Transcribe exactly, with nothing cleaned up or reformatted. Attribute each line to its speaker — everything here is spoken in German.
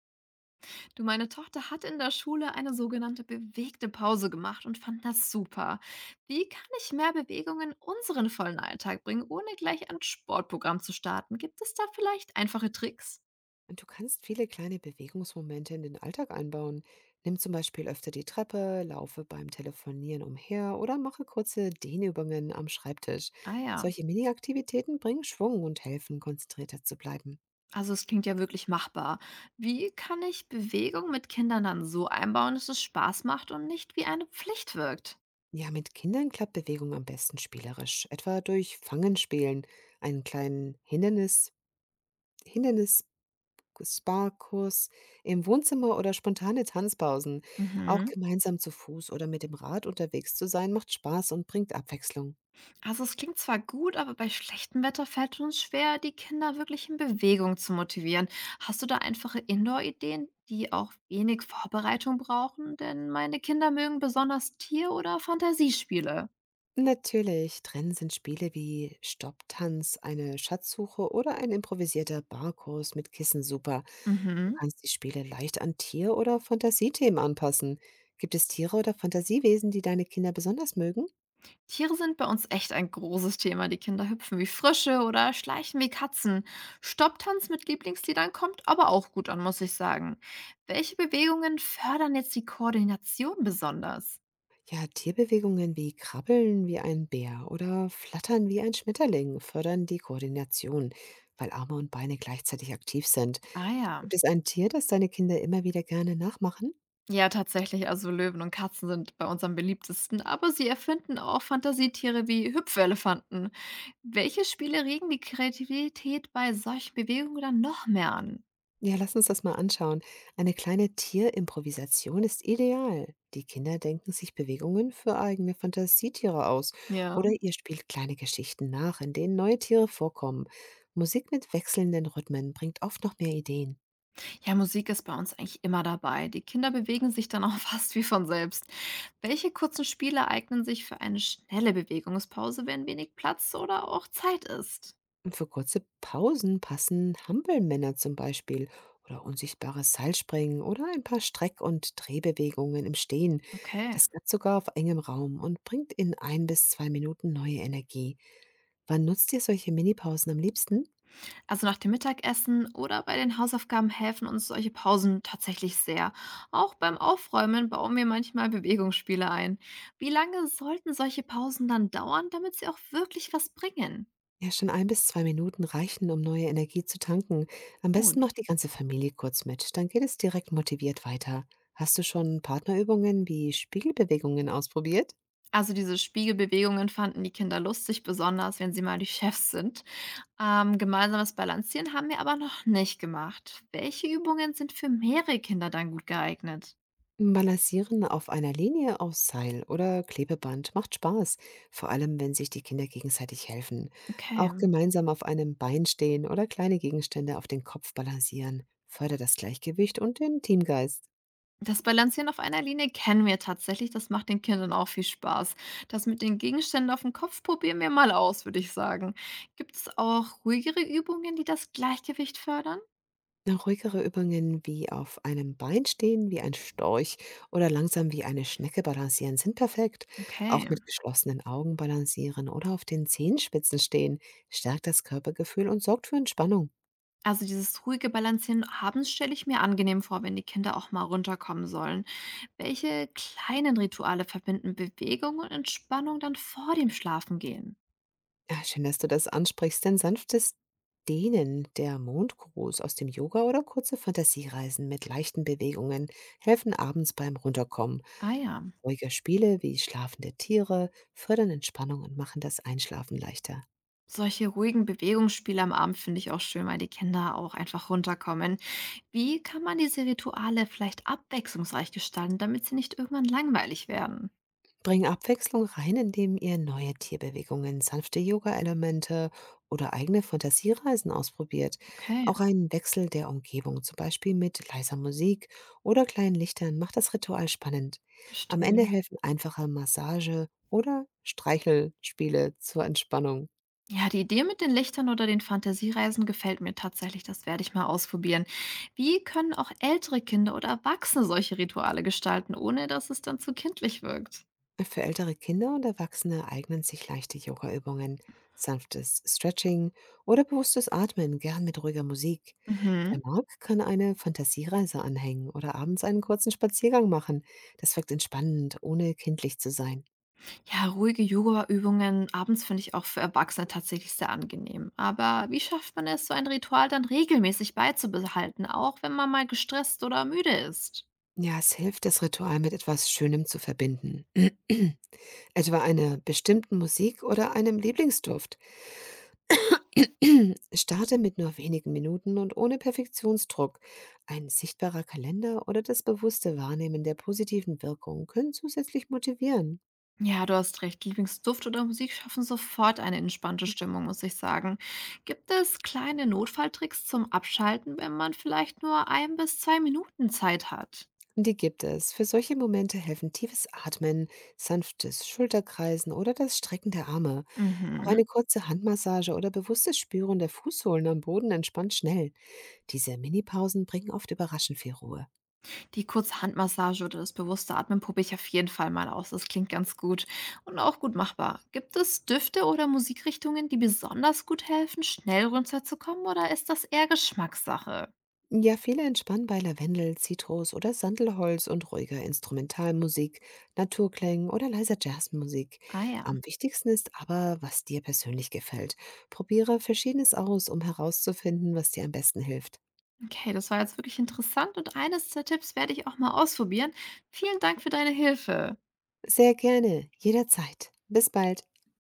Speaker 1: Du, meine Tochter hat in der Schule eine sogenannte bewegte Pause gemacht und fand das super. Wie kann ich mehr Bewegung in unseren vollen Alltag bringen, ohne gleich ein Sportprogramm zu starten? Gibt es da vielleicht einfache Tricks?
Speaker 2: Und du kannst viele kleine Bewegungsmomente in den Alltag einbauen. Nimm zum Beispiel öfter die Treppe, laufe beim Telefonieren umher oder mache kurze Dehnübungen am Schreibtisch.
Speaker 1: Ah ja,
Speaker 2: Solche Mini-Aktivitäten bringen Schwung und helfen, konzentrierter zu bleiben.
Speaker 1: also es klingt ja wirklich machbar. Wie kann ich Bewegung mit Kindern dann so einbauen, dass es Spaß macht und nicht wie eine Pflicht wirkt?
Speaker 2: Ja, mit Kindern klappt Bewegung am besten spielerisch, etwa durch Fangenspielen, einen kleinen Hindernis, Hindernis Sparkurs im Wohnzimmer oder spontane Tanzpausen. Auch
Speaker 1: Mhm.
Speaker 2: gemeinsam zu Fuß oder mit dem Rad unterwegs zu sein, macht Spaß und bringt Abwechslung.
Speaker 1: Also es klingt zwar gut, aber bei schlechtem Wetter fällt es uns schwer, die Kinder wirklich in Bewegung zu motivieren. Hast du da einfache Indoor-Ideen, die auch wenig Vorbereitung brauchen? Denn meine Kinder mögen besonders Tier- oder Fantasiespiele.
Speaker 2: Natürlich, drin sind Spiele wie Stopptanz, eine Schatzsuche oder ein improvisierter Barkurs mit Kissen super. Du
Speaker 1: Mhm.
Speaker 2: kannst die Spiele leicht an Tier- oder Fantasiethemen anpassen. Gibt es Tiere oder Fantasiewesen, die deine Kinder besonders mögen?
Speaker 1: Tiere sind bei uns echt ein großes Thema. Die Kinder hüpfen wie Frösche oder schleichen wie Katzen. Stopptanz mit Lieblingsliedern kommt aber auch gut an, muss ich sagen. Welche Bewegungen fördern jetzt die Koordination besonders?
Speaker 2: Ja, Tierbewegungen wie Krabbeln wie ein Bär oder Flattern wie ein Schmetterling fördern die Koordination, weil Arme und Beine gleichzeitig aktiv sind.
Speaker 1: Ah ja.
Speaker 2: Gibt es ein Tier, das deine Kinder immer wieder gerne nachmachen?
Speaker 1: Ja, tatsächlich. Also Löwen und Katzen sind bei uns am beliebtesten, aber sie erfinden auch Fantasietiere wie Hüpfelefanten. Welche Spiele regen die Kreativität bei solchen Bewegungen dann noch mehr an?
Speaker 2: Ja, lass uns das mal anschauen. Eine kleine Tierimprovisation ist ideal. Die Kinder denken sich Bewegungen für eigene Fantasietiere aus
Speaker 1: Ja.
Speaker 2: oder ihr spielt kleine Geschichten nach, in denen neue Tiere vorkommen. Musik mit wechselnden Rhythmen bringt oft noch mehr Ideen.
Speaker 1: Ja, Musik ist bei uns eigentlich immer dabei. Die Kinder bewegen sich dann auch fast wie von selbst. Welche kurzen Spiele eignen sich für eine schnelle Bewegungspause, wenn wenig Platz oder auch Zeit ist?
Speaker 2: Und für kurze Pausen passen Hampelmänner zum Beispiel oder unsichtbares Seilspringen oder ein paar Streck- und Drehbewegungen im Stehen.
Speaker 1: Okay.
Speaker 2: Das klappt sogar auf engem Raum und bringt in ein bis zwei Minuten neue Energie. Wann nutzt ihr solche Minipausen am liebsten?
Speaker 1: Also nach dem Mittagessen oder bei den Hausaufgaben helfen uns solche Pausen tatsächlich sehr. Auch beim Aufräumen bauen wir manchmal Bewegungsspiele ein. Wie lange sollten solche Pausen dann dauern, damit sie auch wirklich was bringen?
Speaker 2: Ja, schon ein bis zwei Minuten reichen, um neue Energie zu tanken. Am besten
Speaker 1: Gut.
Speaker 2: macht die ganze Familie kurz mit, dann geht es direkt motiviert weiter. Hast du schon Partnerübungen wie Spiegelbewegungen ausprobiert?
Speaker 1: Also diese Spiegelbewegungen fanden die Kinder lustig, besonders wenn sie mal die Chefs sind. Ähm, gemeinsames Balancieren haben wir aber noch nicht gemacht. Welche Übungen sind für mehrere Kinder dann gut geeignet?
Speaker 2: Balancieren auf einer Linie aus Seil oder Klebeband macht Spaß, vor allem wenn sich die Kinder gegenseitig helfen.
Speaker 1: Okay.
Speaker 2: Auch gemeinsam auf einem Bein stehen oder kleine Gegenstände auf den Kopf balancieren fördert das Gleichgewicht und den Teamgeist.
Speaker 1: Das Balancieren auf einer Linie kennen wir tatsächlich, das macht den Kindern auch viel Spaß. Das mit den Gegenständen auf dem Kopf probieren wir mal aus, würde ich sagen. Gibt es auch ruhigere Übungen, die das Gleichgewicht fördern?
Speaker 2: Na, ruhigere Übungen wie auf einem Bein stehen, wie ein Storch oder langsam wie eine Schnecke balancieren sind perfekt.
Speaker 1: Okay.
Speaker 2: Auch mit geschlossenen Augen balancieren oder auf den Zehenspitzen stehen stärkt das Körpergefühl und sorgt für Entspannung.
Speaker 1: Also dieses ruhige Balancieren abends stelle ich mir angenehm vor, wenn die Kinder auch mal runterkommen sollen. Welche kleinen Rituale verbinden Bewegung und Entspannung dann vor dem Schlafengehen?
Speaker 2: Ja, schön, dass du das ansprichst, denn sanftes Dehnen, der Mondgruß aus dem Yoga oder kurze Fantasiereisen mit leichten Bewegungen helfen abends beim Runterkommen.
Speaker 1: Ah ja.
Speaker 2: Ruhige Spiele wie schlafende Tiere fördern Entspannung und machen das Einschlafen leichter.
Speaker 1: Solche ruhigen Bewegungsspiele am Abend finde ich auch schön, weil die Kinder auch einfach runterkommen. Wie kann man diese Rituale vielleicht abwechslungsreich gestalten, damit sie nicht irgendwann langweilig werden?
Speaker 2: Bringen Abwechslung rein, indem ihr neue Tierbewegungen, sanfte Yoga-Elemente oder eigene Fantasiereisen ausprobiert.
Speaker 1: Okay,
Speaker 2: Auch ein Wechsel der Umgebung, zum Beispiel mit leiser Musik oder kleinen Lichtern, macht das Ritual spannend. Am Ende
Speaker 1: verstehe.
Speaker 2: helfen einfache Massage oder Streichelspiele zur Entspannung.
Speaker 1: Ja, die Idee mit den Lichtern oder den Fantasiereisen gefällt mir tatsächlich. Das werde ich mal ausprobieren. Wie können auch ältere Kinder oder Erwachsene solche Rituale gestalten, ohne dass es dann zu kindlich wirkt?
Speaker 2: Für ältere Kinder und Erwachsene eignen sich leichte Yoga-Übungen, sanftes Stretching oder bewusstes Atmen, gern mit ruhiger Musik. Der
Speaker 1: Mhm.
Speaker 2: Markt kann eine Fantasiereise anhängen oder abends einen kurzen Spaziergang machen. Das wirkt entspannend, ohne kindlich zu sein.
Speaker 1: Ja, ruhige Yoga-Übungen abends finde ich auch für Erwachsene tatsächlich sehr angenehm. Aber wie schafft man es, so ein Ritual dann regelmäßig beizubehalten, auch wenn man mal gestresst oder müde ist?
Speaker 2: Ja, es hilft, das Ritual mit etwas Schönem zu verbinden. Etwa einer bestimmten Musik oder einem Lieblingsduft. Starte mit nur wenigen Minuten und ohne Perfektionsdruck. Ein sichtbarer Kalender oder das bewusste Wahrnehmen der positiven Wirkung können zusätzlich motivieren.
Speaker 1: Ja, du hast recht. Lieblingsduft oder Musik schaffen sofort eine entspannte Stimmung, muss ich sagen. Gibt es kleine Notfalltricks zum Abschalten, wenn man vielleicht nur ein bis zwei Minuten Zeit hat?
Speaker 2: Die gibt es. Für solche Momente helfen tiefes Atmen, sanftes Schulterkreisen oder das Strecken der Arme. Auch
Speaker 1: Mhm.
Speaker 2: eine kurze Handmassage oder bewusstes Spüren der Fußsohlen am Boden entspannt schnell. Diese Minipausen bringen oft überraschend viel Ruhe.
Speaker 1: Die kurze Handmassage oder das bewusste Atmen probiere ich auf jeden Fall mal aus. Das klingt ganz gut und auch gut machbar. Gibt es Düfte oder Musikrichtungen, die besonders gut helfen, schnell runterzukommen, oder ist das eher Geschmackssache?
Speaker 2: Ja, viele entspannen bei Lavendel, Zitrus oder Sandelholz und ruhiger Instrumentalmusik, Naturklängen oder leiser Jazzmusik.
Speaker 1: Ah ja.
Speaker 2: Am wichtigsten ist aber, was dir persönlich gefällt. Probiere Verschiedenes aus, um herauszufinden, was dir am besten hilft.
Speaker 1: Okay, das war jetzt wirklich interessant und eines der Tipps werde ich auch mal ausprobieren. Vielen Dank für deine Hilfe.
Speaker 2: Sehr gerne, jederzeit. Bis bald.